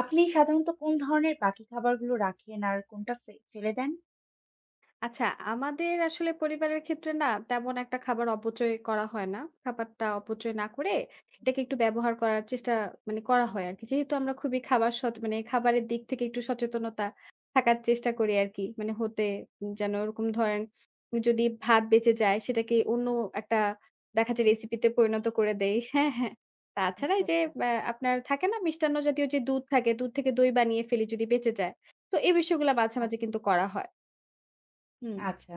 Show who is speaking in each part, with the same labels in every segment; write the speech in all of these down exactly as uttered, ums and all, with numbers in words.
Speaker 1: আপনি সাধারণত কোন ধরনের বাকি খাবারগুলো রাখেন আর কোনটা ফে ফেলে দেন?
Speaker 2: আচ্ছা, আমাদের আসলে পরিবারের ক্ষেত্রে না তেমন একটা খাবার অপচয় করা হয় না। খাবারটা অপচয় না করে এটাকে একটু ব্যবহার করার চেষ্টা মানে করা হয় আরকি। যেহেতু আমরা খুবই খাবার সচ মানে খাবারের দিক থেকে একটু সচেতনতা থাকার চেষ্টা করি আরকি। মানে হতে উম যেন ওরকম ধরেন যদি ভাত বেঁচে যায় সেটাকে অন্য একটা দেখা যায় রেসিপিতে পরিণত করে দেই। হ্যাঁ, হ্যাঁ। তাছাড়া
Speaker 1: আচ্ছা,
Speaker 2: এই যে
Speaker 1: আচ্ছা,
Speaker 2: অ্যা আপনার থাকে না মিষ্টান্ন জাতীয় যে দুধ থাকে, দুধ থেকে দই বানিয়ে ফেলি যদি বেঁচে যায়। তো এই বিষয়গুলা মাঝে, মাঝে
Speaker 1: আচ্ছা,
Speaker 2: কিন্তু করা হয়। হুম।
Speaker 1: আচ্ছা।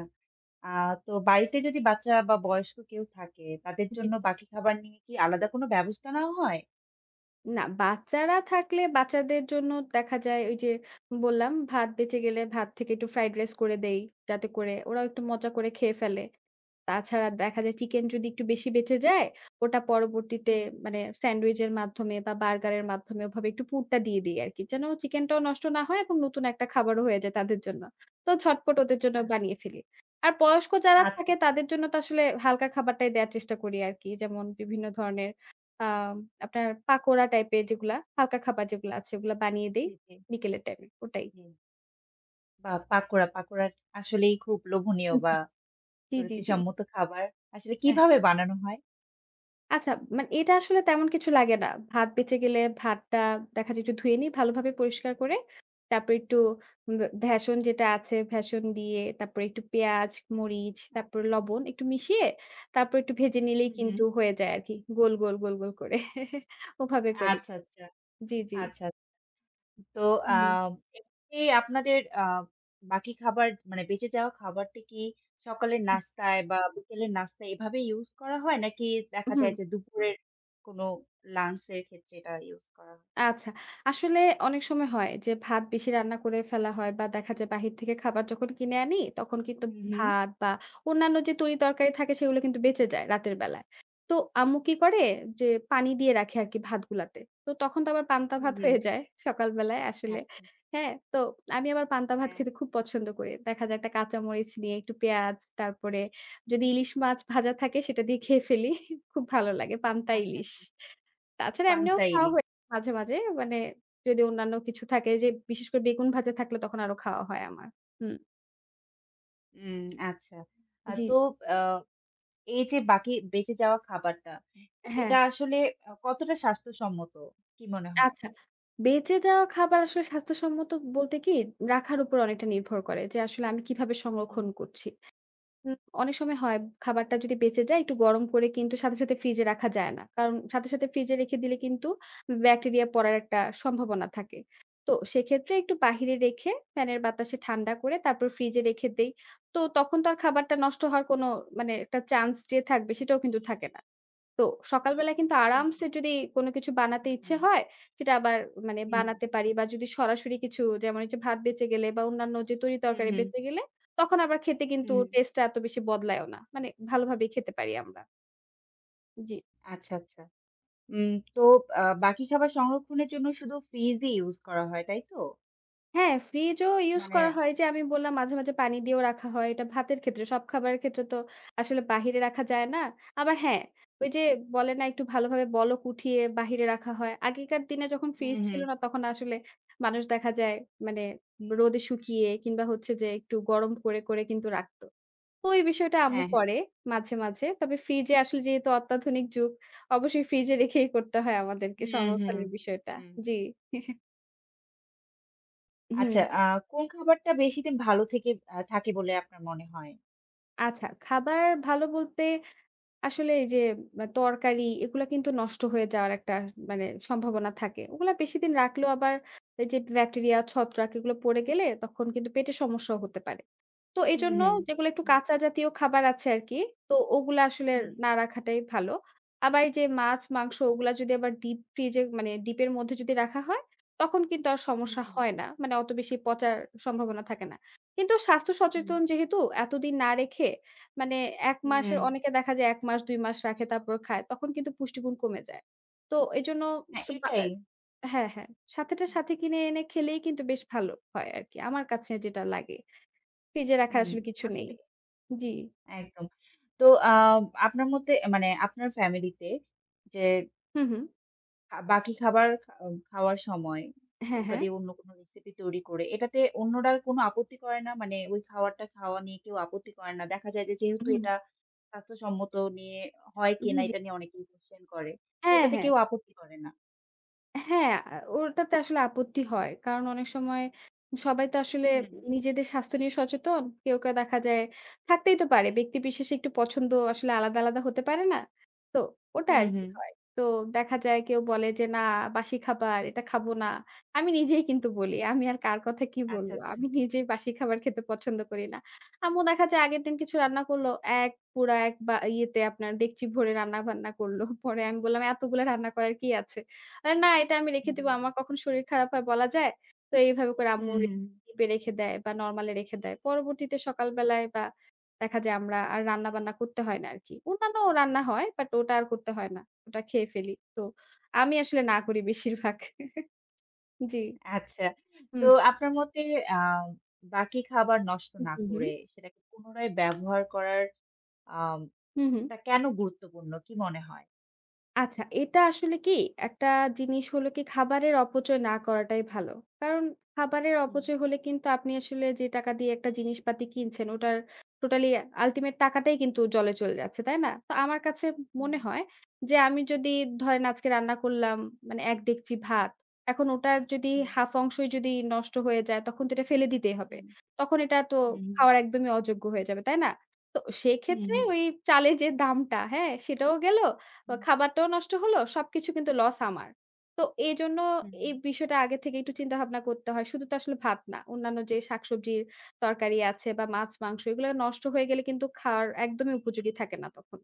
Speaker 1: আ তো বাড়িতে যদি বাচ্চা বা বয়স্ক কেউ থাকে, তাদের
Speaker 2: জি,
Speaker 1: জন্য
Speaker 2: জি।
Speaker 1: বাকি খাবার নিয়ে কি আলাদা কোনো ব্যবস্থা নেওয়া হয়?
Speaker 2: না বাচ্চারা থাকলে বাচ্চাদের জন্য দেখা যায় ওই যে বললাম ভাত বেঁচে গেলে ভাত থেকে একটু ফ্রাইড রাইস করে দেই। যাতে করে ওরাও একটু মজা করে খেয়ে ফেলে। তাছাড়া দেখা যায় চিকেন যদি একটু বেশি বেঁচে যায়, ওটা পরবর্তীতে
Speaker 1: হুম।
Speaker 2: মানে স্যান্ডউইচের মাধ্যমে বা বার্গারের মাধ্যমে ওভাবে একটু পুরটা দিয়ে দিই আরকি। যেন চিকেনটাও নষ্ট না হয় এবং নতুন একটা খাবারও হয়ে যায় তাদের জন্য। তো ঝটপট ওদের জন্য
Speaker 1: আ
Speaker 2: বানিয়ে ফেলি। আর বয়স্ক যারা
Speaker 1: আচ্ছা,
Speaker 2: থাকে তাদের জন্য তো আসলে হালকা খাবারটাই দেয়ার চেষ্টা করি আরকি। যেমন বিভিন্ন ধরনের আ আপনার পাকোড়া টাইপের যেগুলা, হালকা খাবার যেগুলা আছে ওগুলা বানিয়ে দেই
Speaker 1: জি, জি,
Speaker 2: বিকেলের টাইমে ওটাই।
Speaker 1: জি। বাহ! পাকোড়া, পাকোড়া আসলেই খুব লোভনীয় বা
Speaker 2: জি, জি, জি।
Speaker 1: রুচিসম্মত খাবার। আসলে
Speaker 2: হ্যাঁ।
Speaker 1: কিভাবে বানানো হয়?
Speaker 2: আচ্ছা, মানে এটা আসলে তেমন কিছু লাগে না। ভাত বেঁচে গেলে ভাতটা দেখা যায় একটু ধুয়ে নিই ভালোভাবে পরিষ্কার করে। তারপর একটু ব ভেষণ যেটা আছে, ভেষণ দিয়ে তারপরে একটু পেঁয়াজ, মরিচ,
Speaker 1: আ
Speaker 2: তারপর লবণ একটু মিশিয়ে তারপর একটু ভেজে নিলেই
Speaker 1: হুম, হুম।
Speaker 2: কিন্তু হয়ে যায় আরকি। গোল, গোল, গোল, গোল করে ওভাবে করি।
Speaker 1: আচ্ছা, আচ্ছা,
Speaker 2: জি, জি।
Speaker 1: আচ্ছা। তো আ
Speaker 2: হুম।
Speaker 1: এমনি আপনাদের আ বাকি খাবার মানে বেঁচে যাওয়া খাবারটি কি সকালের
Speaker 2: এহ
Speaker 1: নাস্তায় বা বিকেলের নাস্তায় এভাবে ইউস করা হয়? নাকি দেখা
Speaker 2: হুম।
Speaker 1: যায় যে দুপুরের কোনো লাঞ্চ এর ক্ষেত্রে এটা ইউস করা হয়?
Speaker 2: আচ্ছা। আসলে অনেক সময় হয় যে ভাত বেশি রান্না করে ফেলা হয় বা দেখা যায় বাহির থেকে খাবার যখন কিনে আনি তখন কিন্তু
Speaker 1: হুম, হুম।
Speaker 2: ভাত বা অন্যান্য যে তরি-তরকারি থাকে সেগুলো কিন্তু বেঁচে যায় রাতের বেলায়। তো আম্মু কি করে যে পানি দিয়ে রাখে আরকি ভাতগুলাতে। তো তখন তো আবার পান্তা
Speaker 1: হুম,
Speaker 2: ভাত
Speaker 1: হুম।
Speaker 2: হয়ে যায় সকাল বেলায় আসলে।
Speaker 1: আচ্ছা।
Speaker 2: হ্যাঁ? তো আমি আবার পান্তা ভাত
Speaker 1: হ্যাঁ,
Speaker 2: খেতে খুব পছন্দ করি। দেখা যায় একটা কাঁচামরিচ নিয়ে একটু পেঁয়াজ তারপরে যদি ইলিশ মাছ ভাজা থাকে সেটা দিয়ে খেয়ে ফেলি। খুব ভালো লাগে পান্তা
Speaker 1: আচ্ছা,
Speaker 2: ইলিশ।
Speaker 1: আচ্ছা।
Speaker 2: তাছাড়া এমনিও
Speaker 1: পান্তা
Speaker 2: খাওয়া
Speaker 1: ইলিশ।
Speaker 2: হয়ে মাঝে, মাঝে মানে যদি অন্যান্য কিছু থাকে যে বিশেষ করে বেগুন ভাজা থাকলে তখন আরো খাওয়া হয় আমার। হুম,
Speaker 1: উম আচ্ছা। আ
Speaker 2: জি,
Speaker 1: তো আ এই যে বাকি বেঁচে যাওয়া খাবারটা,
Speaker 2: হ্যাঁ।
Speaker 1: এটা আসলে আ কতটা স্বাস্থ্যসম্মত? কি মনে হয়?
Speaker 2: আচ্ছা। বেঁচে যাওয়া খাবার আসলে স্বাস্থ্যসম্মত বলতে কি রাখার উপর অনেকটা নির্ভর করে যে আসলে আমি কিভাবে
Speaker 1: হুম,
Speaker 2: সংরক্ষণ করছি। উম অনেক সময় হয় খাবারটা যদি বেঁচে যায় একটু গরম করে কিন্তু সাথে, সাথে ফ্রিজে রাখা যায় না। কারণ সাথে, সাথে ফ্রিজে রেখে দিলে কিন্তু ব্যাকটেরিয়া পড়ার একটা সম্ভাবনা থাকে। তো সেক্ষেত্রে একটু বাহিরে রেখে ফ্যানের বাতাসে ঠান্ডা করে তারপর ফ্রিজে রেখে দেই। তো তখন তো আর খাবারটা নষ্ট হওয়ার কোনো মানে একটা চান্স যে থাকবে সেটাও কিন্তু থাকে না। তো সকালবেলা কিন্তু
Speaker 1: আচ্ছা।
Speaker 2: আরামসে যদি কোনো কিছু বানাতে
Speaker 1: হুম,
Speaker 2: ইচ্ছে
Speaker 1: হুম।
Speaker 2: হয়, সেটা আবার মানে
Speaker 1: হুম, হুম।
Speaker 2: বানাতে পারি বা যদি সরাসরি কিছু যেমন এই যে ভাত বেঁচে গেলে বা অন্যান্য যে
Speaker 1: হুম,
Speaker 2: তরি-তরকারি
Speaker 1: হুম।
Speaker 2: বেঁচে গেলে, তখন আবার খেতে
Speaker 1: হুম,
Speaker 2: কিন্তু
Speaker 1: হুম।
Speaker 2: টেস্টটা এত বেশি বদলায়ও না। মানে ভালোভাবেই খেতে পারি আমরা। জি।
Speaker 1: আচ্ছা, আচ্ছা। উম তো আ বাকি খাবার সংরক্ষণের জন্য শুধু ফ্রিজই ইউজ করা হয়, তাই তো?
Speaker 2: হ্যাঁ, ফ্রিজও ইউজ
Speaker 1: মানে
Speaker 2: করা হয়। যে আমি বললাম মাঝে, মাঝে পানি দিয়েও রাখা হয়। এটা ভাতের ক্ষেত্রে, সব খাবারের ক্ষেত্রে তো আসলে বাহিরে রাখা যায় না। আবার হ্যাঁ, ওই যে বলে না একটু ভালোভাবে বলক উঠিয়ে বাহিরে রাখা হয়। আগেকার দিনে যখন
Speaker 1: হুম,
Speaker 2: ফ্রিজ
Speaker 1: হুম।
Speaker 2: ছিল না তখন আসলে মানুষ দেখা যায় মানে রোদে শুকিয়ে কিংবা হচ্ছে যে একটু গরম করে, করে কিন্তু রাখত। তো এই বিষয়টা আম্মু
Speaker 1: হ্যাঁ, হ্যাঁ।
Speaker 2: করে মাঝে, মাঝে। তবে ফ্রিজে আসলে যেহেতু অত্যাধুনিক যুগ অবশ্যই ফ্রিজে রেখেই করতে হয় আমাদেরকে
Speaker 1: হুম, হুম,
Speaker 2: সংরক্ষণের বিষয়টা।
Speaker 1: হুম।
Speaker 2: জি। হুম।
Speaker 1: আচ্ছা, আ কোন খাবারটা বেশিদিন ভালো থেকে আ থাকে বলে আপনার মনে হয়?
Speaker 2: আচ্ছা, খাবার ভালো বলতে আসলে এই যে আ তরকারি এগুলা কিন্তু নষ্ট হয়ে যাওয়ার একটা মানে সম্ভাবনা থাকে। ওগুলা বেশিদিন রাখলেও আবার এই যে ব্যাকটেরিয়া, ছত্রাক এগুলো পড়ে গেলে তখন কিন্তু পেটে সমস্যাও হতে পারে। তো
Speaker 1: হুম,
Speaker 2: এজন্য
Speaker 1: হুম।
Speaker 2: যেগুলো একটু
Speaker 1: হুম,
Speaker 2: কাঁচা জাতীয় খাবার আছে আরকি, তো ওগুলা আসলে
Speaker 1: হুম,
Speaker 2: না রাখাটাই ভালো। আবার এই যে মাছ, মাংস ওগুলা যদি আবার ডিপ ফ্রিজে মানে ডিপের মধ্যে যদি রাখা হয়, তখন কিন্তু আর
Speaker 1: হুম,
Speaker 2: সমস্যা
Speaker 1: হুম,
Speaker 2: হয় না। মানে অত বেশি পচার সম্ভাবনা থাকে না। কিন্তু স্বাস্থ্য
Speaker 1: হুম,
Speaker 2: সচেতন যেহেতু এতদিন না রেখে মানে এক মাসের
Speaker 1: হুম।
Speaker 2: অনেকে দেখা যায় এক মাস দুই মাস রাখে তারপর খায়। তখন কিন্তু পুষ্টিগুণ কমে যায়। তো এজন্য
Speaker 1: হ্যাঁ,
Speaker 2: স বা
Speaker 1: এটাই।
Speaker 2: হ্যাঁ, হ্যাঁ। সাথেটার
Speaker 1: হুম,
Speaker 2: সাথে কিনে এনে খেলেই কিন্তু বেশ ভালো হয় আরকি। আমার কাছে যেটা লাগে। ফ্রিজে রাখার
Speaker 1: হুম,
Speaker 2: আসলে কিছু নেই।
Speaker 1: আসলে
Speaker 2: জি।
Speaker 1: একদম। তো আ আপনার মতে মানে আপনার ফ্যামিলিতে যে
Speaker 2: হু, হু।
Speaker 1: আ বাকি খাবার খা উম, খাওয়ার সময় যে
Speaker 2: হ্যাঁ,
Speaker 1: ওটা
Speaker 2: হ্যাঁ।
Speaker 1: দিয়ে অন্য কোনো রেসিপি তৈরি করে এটাতে অন্যরা কোনো আপত্তি করে না? মানে ওই খাবারটা খাওয়া নিয়ে কেউ আপত্তি করে না। দেখা যায় যে যেহেতু
Speaker 2: হুম।
Speaker 1: এটা স্বাস্থ্যসম্মত নিয়ে হয়
Speaker 2: জি,
Speaker 1: কিনা
Speaker 2: জি।
Speaker 1: এটা নিয়ে অনেকেই কোয়েশ্চেন করে। তো
Speaker 2: হ্যাঁ,
Speaker 1: এটাতে
Speaker 2: হ্যাঁ।
Speaker 1: কেউ আপত্তি করে না?
Speaker 2: হ্যাঁ, আ ওটাতে আসলে আপত্তি হয়। কারণ অনেক সময় সবাই তো আসলে
Speaker 1: হুম,
Speaker 2: নিজেদের স্বাস্থ্য নিয়ে সচেতন। কেউ, কেউ দেখা যায় থাকতেই তো পারে। ব্যক্তিবিশেষে একটু পছন্দ আসলে আলাদা, আলাদা হতে পারে না? তো ওটা
Speaker 1: হুম,
Speaker 2: আরকি
Speaker 1: হুম।
Speaker 2: হয়। তো দেখা যায় কেউ বলে যে, "না, বাসি খাবার, এটা খাবো না।" আমি নিজেই কিন্তু বলি, "আমি আর কার কথা কি
Speaker 1: আচ্ছা,
Speaker 2: বলব?
Speaker 1: আচ্ছা।
Speaker 2: আমি নিজেই বাসি খাবার খেতে পছন্দ করি না।" আম্মু দেখা যায় আগের দিন কিছু রান্না করলো। এক পুরা এক বা ইয়েতে আপনার ডেকচি ভরে রান্না-বান্না করল। পরে আমি বললাম, "এতগুলা রান্না করার কি আছে?" আ না এটা আমি রেখে
Speaker 1: হুম,
Speaker 2: দিব।
Speaker 1: হুম।
Speaker 2: আমার কখন শরীর খারাপ হয় বলা যায়। তো এইভাবে করে
Speaker 1: হুম,
Speaker 2: আম্মু রে
Speaker 1: হুম।
Speaker 2: ডিপে রেখে দেয় বা নরমালে রেখে দেয়। পরবর্তীতে সকালবেলায় বা দেখা যায় আমরা আর রান্না-বান্না করতে হয় না আরকি। অন্যান্য রান্না হয় বাট ওটা আর করতে হয় না। ওটা খেয়ে ফেলি। তো আমি আসলে না করি বেশিরভাগ। জি।
Speaker 1: আচ্ছা। তো
Speaker 2: হুম।
Speaker 1: আপনার মতে আ বাকি খাবার নষ্ট
Speaker 2: হু,
Speaker 1: না
Speaker 2: হু, হুম।
Speaker 1: করে সেটাকে পুনরায় ব্যবহার করার আম
Speaker 2: হু, হু।
Speaker 1: টা কেন গুরুত্বপূর্ণ? কি মনে হয়?
Speaker 2: আচ্ছা, এটা আসলে কি একটা জিনিস হলো কি খাবারের অপচয় না করাটাই ভালো। কারণ খাবারের
Speaker 1: হুম,
Speaker 2: অপচয় হলে কিন্তু আপনি আসলে যে টাকা দিয়ে একটা জিনিসপাতি কিনছেন ওটার টোটালি আল্টিমেট টাকাটাই কিন্তু জলে চলে যাচ্ছে, তাই না? তো আমার কাছে
Speaker 1: হুম,
Speaker 2: মনে হয় যে আমি যদি ধরেন আজকে রান্না করলাম মানে এক ডেকচি ভাত। এখন ওটার যদি
Speaker 1: হুম।
Speaker 2: অর্ধেক অংশই যদি নষ্ট হয়ে যায় তখন তো এটা ফেলে দিতেই হবে।
Speaker 1: হুম,
Speaker 2: তখন এটা তো
Speaker 1: হুম, হুম,
Speaker 2: খাওয়ার একদমই অযোগ্য হয়ে যাবে, তাই না? তো
Speaker 1: হুম,
Speaker 2: সেক্ষেত্রে
Speaker 1: হুম,
Speaker 2: ওই চালের যে দামটা, হ্যাঁ? সেটাও গেল। তো
Speaker 1: হুম,
Speaker 2: খাবারটাও নষ্ট হলো, সবকিছু কিন্তু লস আমার। তো এইজন্য
Speaker 1: হুম, হুম।
Speaker 2: এই বিষয়টা আগে থেকে একটু চিন্তাভাবনা করতে হয়। শুধু তো আসলে ভাত না। অন্যান্য যে শাকসবজির তরকারি আছে বা মাছ-মাংস এগুলো নষ্ট হয়ে গেলে কিন্তু খাওয়ার একদমই উপযোগী থাকে না তখন।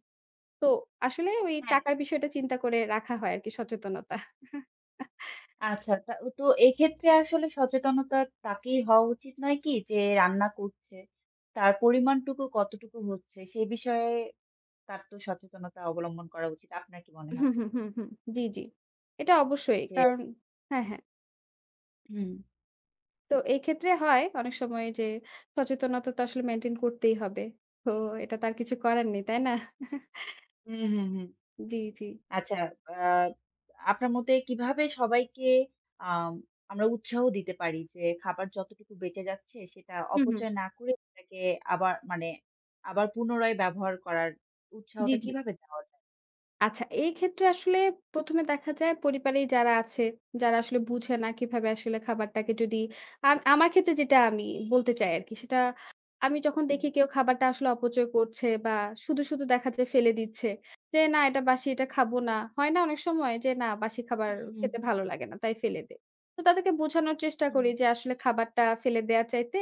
Speaker 2: তো আসলে ওই
Speaker 1: হ্যাঁ,
Speaker 2: টাকার বিষয়টা চিন্তা করে রাখা হয় আরকি সচেতনতা।
Speaker 1: আচ্ছা তা তো এক্ষেত্রে আসলে সচেতনতা তাকেই হওয়া উচিত নয় কি? যে রান্না করছে, তার পরিমাণটুকু কতটুকু হচ্ছে সে বিষয়ে তার তো সচেতনতা অবলম্বন করা উচিত। আপনার কি মনে হয়?
Speaker 2: হুম, হুম, হুম, হুম। জি, জি। এটা অবশ্যই।
Speaker 1: যে
Speaker 2: কারণ হ্যাঁ, হ্যাঁ।
Speaker 1: হুম।
Speaker 2: তো এই ক্ষেত্রে হয় অনেক সময় যে সচেতনতা তো আসলে মেইনটেইন করতেই হবে। তো এটা তো আর কিছু করার নেই, তাই না?
Speaker 1: হুম, হুম, হুম।
Speaker 2: জি, জি।
Speaker 1: আচ্ছা, আ আপনার মতে কিভাবে সবাইকে আম আমরা উৎসাহ দিতে পারি যে খাবার যতটুকু বেঁচে যাচ্ছে সেটা
Speaker 2: হুম, হুম।
Speaker 1: অপচয় না করে সেটাকে আবার মানে আবার পুনরায় ব্যবহার করার
Speaker 2: জি,
Speaker 1: উৎসাহটা
Speaker 2: জি।
Speaker 1: কিভাবে দেওয়া যায়?
Speaker 2: আচ্ছা এই ক্ষেত্রে আসলে প্রথমে এ দেখা যায় পরিবারেই যারা আছে, যারা আসলে বুঝে না কিভাবে আসলে খাবারটাকে যদি আম আমার ক্ষেত্রে যেটা আমি বলতে চাই আরকি সেটা আমি যখন
Speaker 1: হুম।
Speaker 2: দেখি কেউ খাবারটা আসলে অপচয় করছে বা শুধু, শুধু দেখা যায় ফেলে দিচ্ছে যে, "না এটা বাসি, এটা খাবো না।" হয় না অনেক সময় যে, "না বাসি খাবার
Speaker 1: হুম, হুম,
Speaker 2: খেতে
Speaker 1: হুম,
Speaker 2: ভালো লাগে না, তাই ফেলে দেই।" তো তাদেরকে বোঝানোর চেষ্টা
Speaker 1: হুম।
Speaker 2: করি যে আসলে খাবারটা ফেলে দেয়ার চাইতে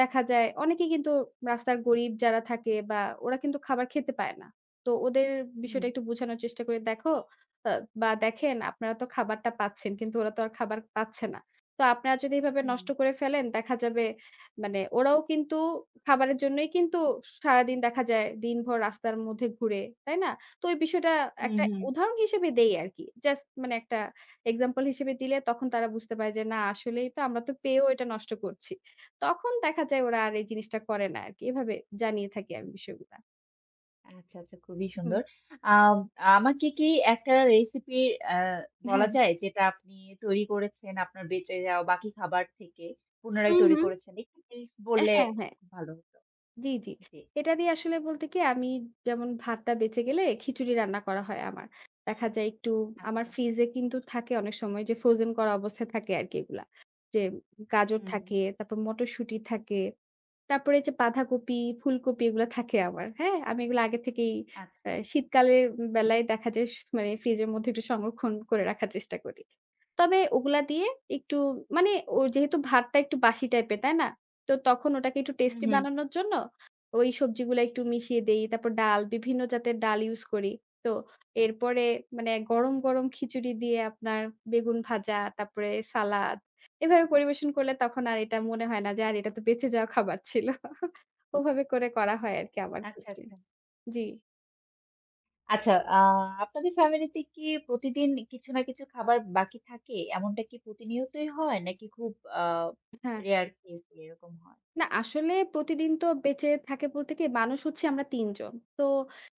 Speaker 2: দেখা যায় অনেকেই কিন্তু রাস্তার গরিব যারা থাকে বা ওরা কিন্তু খাবার খেতে পায় না। তো ওদের
Speaker 1: হুম,
Speaker 2: বিষয়টা একটু বোঝানোর চেষ্টা করি, "দেখো আ বা দেখেন আপনারা তো খাবারটা পাচ্ছেন, কিন্তু ওরা তো আর খাবার পাচ্ছে না। তো আপনারা যদি এভাবে
Speaker 1: হুম।
Speaker 2: নষ্ট করে ফেলেন দেখা যাবে মানে ওরাও কিন্তু খাবারের জন্যই কিন্তু সারাদিন দেখা যায় দিনভর রাস্তার মধ্যে ঘুরে, তাই না? তো ওই বিষয়টা
Speaker 1: হুম,
Speaker 2: একটা
Speaker 1: হুম।
Speaker 2: উদাহরণ হিসেবে দেই আরকি। জাস্ট মানে একটা এক্সাম্পল হিসেবে দিলে তখন তারা বুঝতে পারে যে না আসলেই তো আমরা তো পেয়েও এটা নষ্ট করছি। তখন দেখা যায় ওরা আর এই জিনিসটা করে না আরকি। এভাবে জানিয়ে থাকি আমি বিষয়গুলা।
Speaker 1: আচ্ছা, আচ্ছা খুবই
Speaker 2: হুম।
Speaker 1: সুন্দর। আম আমাকে কি একটা রেসিপি আ বলা
Speaker 2: হ্যাঁ, হ্যাঁ।
Speaker 1: যায় যেটা আপনি তৈরি করেছেন আপনার বেঁচে যাওয়া বাকি খাবার থেকে পুনরায়
Speaker 2: হুম,
Speaker 1: তৈরি
Speaker 2: হুম।
Speaker 1: করেছেন? একটু টিপস
Speaker 2: আ
Speaker 1: বললে
Speaker 2: হ্যাঁ, হ্যাঁ।
Speaker 1: খুব ভালো হতো।
Speaker 2: জি, জি।
Speaker 1: জি,
Speaker 2: এটা দিয়ে আসলে বলতে কি আমি যেমন ভাতটা বেঁচে গেলে খিচুড়ি রান্না করা হয় আমার। দেখা যায় একটু আমার
Speaker 1: আচ্ছা।
Speaker 2: ফ্রিজে কিন্তু থাকে অনেক সময় যে ফ্রোজেন করা অবস্থায় থাকে আরকি এগুলা। যে গাজর
Speaker 1: হুম, হুম।
Speaker 2: থাকে, তারপর মটরশুঁটি থাকে। তারপরে যে বাঁধাকপি, ফুলকপি এগুলা থাকে আমার। হ্যাঁ? আমি এগুলো আগে থেকেই
Speaker 1: আচ্ছা।
Speaker 2: আ শীতকালের বেলায় দেখা যায় স মানে ফ্রিজের মধ্যে একটু সংরক্ষণ করে রাখার চেষ্টা করি। তবে ওগুলা দিয়ে একটু মানে ও যেহেতু ভাতটা একটু বাসি টাইপের, তাই না? তো তখন ওটাকে একটু
Speaker 1: হুম,
Speaker 2: টেস্টি
Speaker 1: হুম।
Speaker 2: বানানোর জন্য ওই সবজিগুলা একটু মিশিয়ে দেই। তারপর ডাল, বিভিন্ন জাতের ডাল ইউজ করি। তো এরপরে মানে গরম, গরম খিচুড়ি দিয়ে আপনার বেগুন ভাজা, তারপরে সালাদ এভাবে পরিবেশন করলে তখন আর এটা মনে হয় না যে, "আরে এটা তো বেঁচে যাওয়া খাবার ছিল।" ওভাবে করে করা হয় আরকি আমার
Speaker 1: আচ্ছা,
Speaker 2: ক্ষেত্রে।
Speaker 1: আচ্ছা।
Speaker 2: জি,
Speaker 1: আচ্ছা, আ আপনাদের ফ্যামিলিতে কি প্রতিদিন কিছু না কিছু খাবার বাকি থাকে? এমনটা কি প্রতিনিয়তই হয়? নাকি খুব আ
Speaker 2: হ্যাঁ,
Speaker 1: রেয়ার কেস এরকম হয়?
Speaker 2: না আসলে প্রতিদিন তো বেঁচে থাকে বলতে কি মানুষ হচ্ছি আমরা তিন জন। তো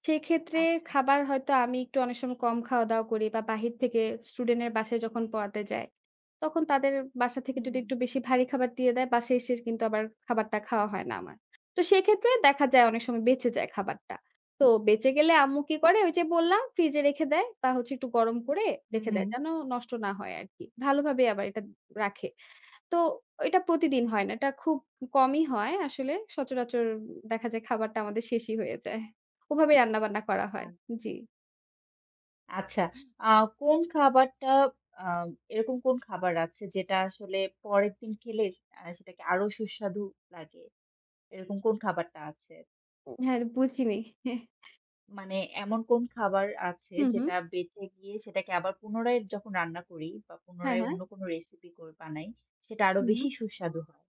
Speaker 2: সেক্ষেত্রে
Speaker 1: আচ্ছা।
Speaker 2: খাবার হয়তো আমি একটু অনেক সময় কম খাওয়া-দাওয়া করি বা বাহির থেকে স্টুডেন্টের বাসায় যখন পড়াতে যাই, তখন তাদের বাসা থেকে
Speaker 1: হুম,
Speaker 2: যদি
Speaker 1: হুম।
Speaker 2: একটু বেশি ভারী খাবার দিয়ে দেয়, বাসায় এসে কিন্তু আবার খাবারটা খাওয়া হয় না আমার। তো সেক্ষেত্রে দেখা যায় অনেক সময় বেঁচে যায় খাবারটা। তো বেঁচে গেলে আম্মু কি করে ওই যে বললাম ফ্রিজে রেখে দেয় বা হচ্ছে একটু গরম করে
Speaker 1: হুম,
Speaker 2: রেখে দেয়
Speaker 1: হুম।
Speaker 2: যেন নষ্ট না হয় আরকি। ভালোভাবে আবার এটা রাখে। তো এটা প্রতিদিন হয় না। এটা খুব কমই হয় আসলে। সচরাচর দেখা যায় খাবারটা আমাদের শেষই হয়ে যায়। ওভাবে রান্নাবান্না করা
Speaker 1: আ
Speaker 2: হয়। জি।
Speaker 1: আচ্ছা। আ কোন খাবারটা আ এরকম কোন খাবার আছে যেটা আসলে পরের দিন খেলে আ সেটাকে আরো সুস্বাদু লাগে? এরকম কোন খাবারটা আছে?
Speaker 2: ও। হ্যাঁ, বুঝিনি। হ্যাঁ।
Speaker 1: মানে এমন কোন খাবার আছে
Speaker 2: হু, হু।
Speaker 1: যেটা বেঁচে গিয়ে সেটাকে আবার পুনরায় যখন রান্না করি বা
Speaker 2: হ্যাঁ,
Speaker 1: পুনরায়
Speaker 2: হ্যাঁ।
Speaker 1: অন্য কোনো রেসিপি করে বানাই সেটা আরো
Speaker 2: হু, হু।
Speaker 1: বেশি সুস্বাদু হয়?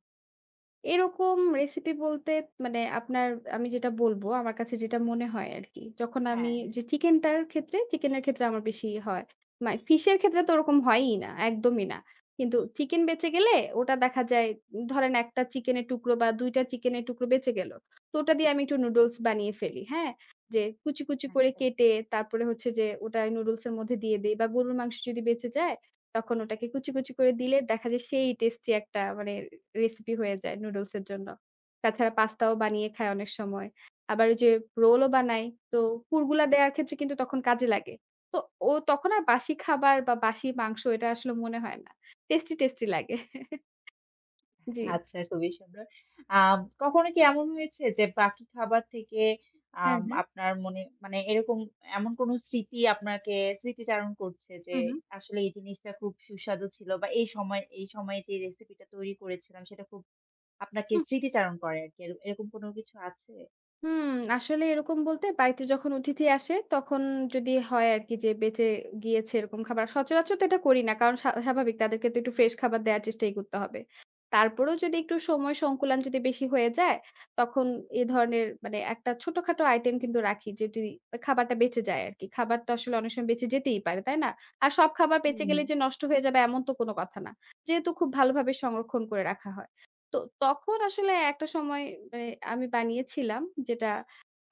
Speaker 2: এরকম রেসিপি বলতে মানে আপনার আমি যেটা বলবো, আমার কাছে যেটা মনে হয় আরকি। যখন আমি
Speaker 1: হ্যাঁ,
Speaker 2: যে চিকেনটার ক্ষেত্রে, চিকেনের ক্ষেত্রে আমার বেশি হয়। মানে ফিশের ক্ষেত্রে তো ওরকম হয়ই না, একদমই না। কিন্তু চিকেন বেঁচে গেলে ওটা দেখা যায় উম, ধরেন এক টা চিকেনের টুকরো বা দুই টা চিকেনের টুকরো বেঁচে গেল। তো ওটা দিয়ে আমি একটু নুডলস বানিয়ে ফেলি, হ্যাঁ? যে কুচি, কুচি
Speaker 1: হ্যাঁ,
Speaker 2: করে
Speaker 1: একদম।
Speaker 2: কেটে তারপরে হচ্ছে যে ওটা নুডলসের মধ্যে দিয়ে দেই বা গরুর মাংস যদি বেঁচে যায়, তখন ওটাকে কুচি, কুচি করে দিলে দেখা যায় সেই টেস্টি একটা মানে রেসিপি হয়ে যায় নুডলস এর জন্য। তাছাড়া পাস্তাও বানিয়ে খায় অনেক সময়। আবার ওই যে রোলও বানাই। তো পুরগুলা দেয়ার ক্ষেত্রে কিন্তু তখন কাজে লাগে। তো ও তখন আর বাসি খাবার বা বাসি মাংস এটা আসলে মনে হয় না। টেস্টি, টেস্টি লাগে। জি।
Speaker 1: আচ্ছা খুবই সুন্দর। আম কখনো কি এমন হয়েছে যে বাকি খাবার থেকে
Speaker 2: হ্যাঁ,
Speaker 1: আম
Speaker 2: হ্যাঁ।
Speaker 1: আপনার মনে মানে এরকম এমন কোন স্মৃতি আপনাকে স্মৃতিচারণ করছে যে
Speaker 2: হু, হু।
Speaker 1: আসলে এই জিনিসটা খুব সুস্বাদু ছিল বা এই সময় এই সময়ে যে রেসিপিটা তৈরি করেছিলাম সেটা খুব আপনাকে স্মৃতিচারণ করে আরকি। এর এরকম কোনো কিছু আছে?
Speaker 2: হুম, আসলে এরকম বলতে বাড়িতে যখন অতিথি আসে তখন যদি হয় আরকি যে বেঁচে গিয়েছে এরকম খাবার। সচরাচর তো এটা করি না। কারণ স্বা স্বাভাবিক তাদেরকে তো একটু ফ্রেশ খাবার দেয়ার চেষ্টাই করতে হবে। তারপরেও যদি একটু সময় সংকুলান যদি বেশি হয়ে যায়, তখন এ ধরনের মানে একটা ছোটখাটো আইটেম কিন্তু রাখি যেটি খাবারটা বেঁচে যায় আরকি। খাবার তো আসলে অনেক সময় বেঁচে যেতেই পারে, তাই না? আর সব খাবার
Speaker 1: হুম,
Speaker 2: বেঁচে গেলে
Speaker 1: হুম।
Speaker 2: যে নষ্ট হয়ে যাবে এমন তো কোনো কথা না। যেহেতু খুব ভালোভাবে সংরক্ষণ করে রাখা হয়। তো তখন আসলে একটা সময় মানে আমি বানিয়েছিলাম যেটা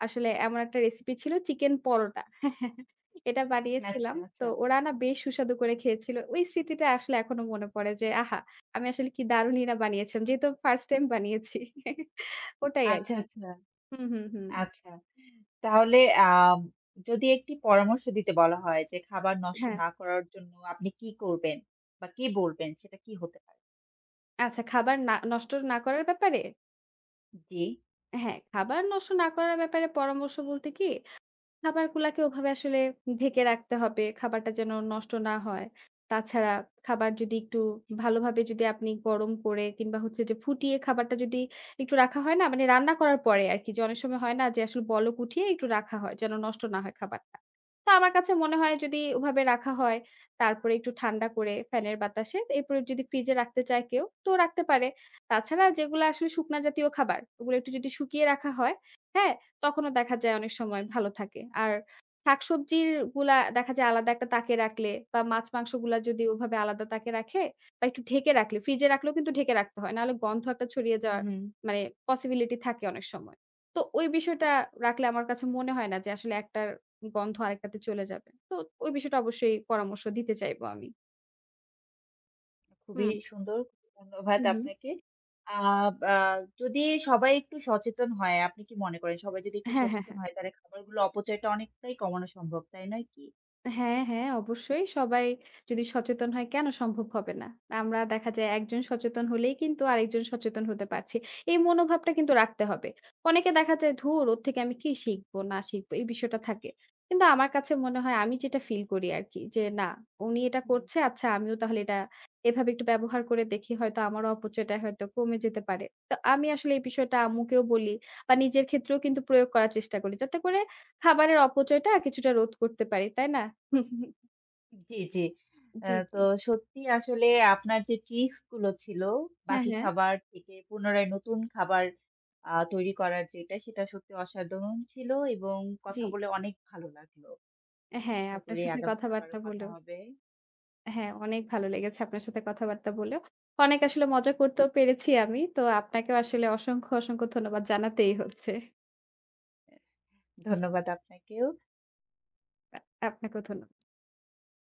Speaker 2: আসলে এমন একটা রেসিপি ছিল চিকেন পরোটা। এটা
Speaker 1: আচ্ছা,
Speaker 2: বানিয়েছিলাম। তো
Speaker 1: আচ্ছা।
Speaker 2: ওরা না বেশ সুস্বাদু করে খেয়েছিল। ওই স্মৃতিটা আসলে এখনো মনে পড়ে যে আহা! আমি আসলে কি দারুণই না বানিয়েছিলাম। যেহেতু ফার্স্ট টাইম বানিয়েছি। ওটাই
Speaker 1: আচ্ছা,
Speaker 2: আরকি।
Speaker 1: আচ্ছা,
Speaker 2: হুম, হুম, হুম।
Speaker 1: আচ্ছা। তাহলে আম যদি একটি পরামর্শ দিতে বলা হয় যে খাবার নষ্ট
Speaker 2: হ্যাঁ,
Speaker 1: না করার জন্য আপনি কি করবেন বা কি বলবেন সেটা কি হতে পারে?
Speaker 2: আচ্ছা খাবার না নষ্ট না করার ব্যাপারে?
Speaker 1: জি।
Speaker 2: হ্যাঁ, খাবার নষ্ট না করার ব্যাপারে পরামর্শ বলতে কি খাবারগুলাকে ওভাবে আসলে ঢেকে রাখতে হবে। খাবারটা যেন নষ্ট না হয়। তাছাড়া খাবার যদি একটু ভালোভাবে যদি আপনি গরম করে কিংবা হচ্ছে যে ফুটিয়ে খাবারটা যদি একটু রাখা হয় না? মানে রান্না করার পরে আরকি যে অনেক সময় হয় না যে আসলে বলক উঠিয়ে একটু রাখা হয় যেন নষ্ট না হয় খাবারটা। তো আমার কাছে মনে হয় যদি ওভাবে রাখা হয়, তারপরে একটু ঠান্ডা করে ফ্যানের বাতাসে এরপরে যদি ফ্রিজে রাখতে চায় কেউ তো রাখতে পারে। তাছাড়া যেগুলা আসলে শুকনা জাতীয় খাবার ওগুলো একটু যদি শুকিয়ে রাখা হয়, হ্যাঁ? তখনও দেখা যায় অনেক সময় ভালো থাকে। আর শাকসবজির গুলা দেখা যায় আলাদা একটা তাকে রাখলে বা মাছ-মাংসগুলা যদি ওভাবে আলাদা তাকে রাখে বা একটু ঢেকে রাখলে ফ্রিজে রাখলেও কিন্তু ঢেকে রাখতে হয়। নাহলে গন্ধ একটা ছড়িয়ে
Speaker 1: হুম,
Speaker 2: যাওয়ার
Speaker 1: হুম।
Speaker 2: মানে পসিবিলিটি থাকে অনেক সময়। তো ওই বিষয়টা রাখলে আমার কাছে মনে হয় না যে আসলে একটার গন্ধ আরেকটাতে চলে যাবে। তো ওই বিষয়টা অবশ্যই পরামর্শ দিতে চাইব আমি।
Speaker 1: খুবই
Speaker 2: হুম,
Speaker 1: সুন্দর। খুবই ধন্যবাদ
Speaker 2: হু, হুম।
Speaker 1: আপনাকে। আ বা যদি সবাই একটু সচেতন হয়, আপনি কি মনে করেন সবাই যদি একটু
Speaker 2: হ্যাঁ, হ্যাঁ,
Speaker 1: সচেতন
Speaker 2: হ্যাঁ।
Speaker 1: হয় তাহলে খাবারগুলো অপচয়টা অনেকটাই কমানো সম্ভব, তাই নয় কি?
Speaker 2: হ্যাঁ, হ্যাঁ, অবশ্যই সবাই যদি সচেতন হয় কেন সম্ভব হবে না? আমরা দেখা যায় একজন সচেতন হলেই কিন্তু আরেকজন সচেতন হতে পারছি। এই মনোভাবটা কিন্তু রাখতে হবে। অনেকে দেখা যায় ধুর ওর থেকে আমি কি শিখবো না শিখবো এই বিষয়টা থাকে। কিন্তু আমার কাছে মনে হয় আমি যেটা ফিল করি আরকি যে না উনি এটা
Speaker 1: হুম।
Speaker 2: করছে আচ্ছা আমিও তাহলে এটা এভাবে একটু ব্যবহার করে দেখি হয়তো আমারও অপচয়টা হয়তো কমে যেতে পারে। তো আমি আসলে এই বিষয়টা আম্মুকেও বলি বা নিজের ক্ষেত্রেও কিন্তু প্রয়োগ করার চেষ্টা করি। যাতে করে খাবারের অপচয়টা কিছুটা রোধ করতে পারি। তাই না? হুম, হুম,
Speaker 1: জি, জি। আ
Speaker 2: জি,
Speaker 1: তো
Speaker 2: জি।
Speaker 1: সত্যিই আসলে আপনার যে ট্রিকস গুলো ছিল,
Speaker 2: হ্যাঁ,
Speaker 1: বাকি
Speaker 2: হ্যাঁ।
Speaker 1: খাবার থেকে পুনরায় নতুন খাবার আ তৈরি করার যেটা, সেটা সত্যি অসাধারণ ছিল এবং
Speaker 2: জি।
Speaker 1: কথা বলে অনেক ভালো লাগলো।
Speaker 2: হ্যাঁ,
Speaker 1: আশা
Speaker 2: আপনার
Speaker 1: করি
Speaker 2: সাথে
Speaker 1: আগামীতে আবারও
Speaker 2: কথাবার্তা
Speaker 1: কথা
Speaker 2: বলেও
Speaker 1: হবে।
Speaker 2: হ্যাঁ, অনেক ভালো লেগেছে আপনার সাথে কথাবার্তা বলেও। অনেক আসলে মজা করতেও পেরেছি আমি। তো আপনাকেও আসলে অসংখ্য, অসংখ্য ধন্যবাদ জানাতেই হচ্ছে।
Speaker 1: এ ধন্যবাদ আপনাকেও।
Speaker 2: আ আপনাকেও ধন্যবাদ।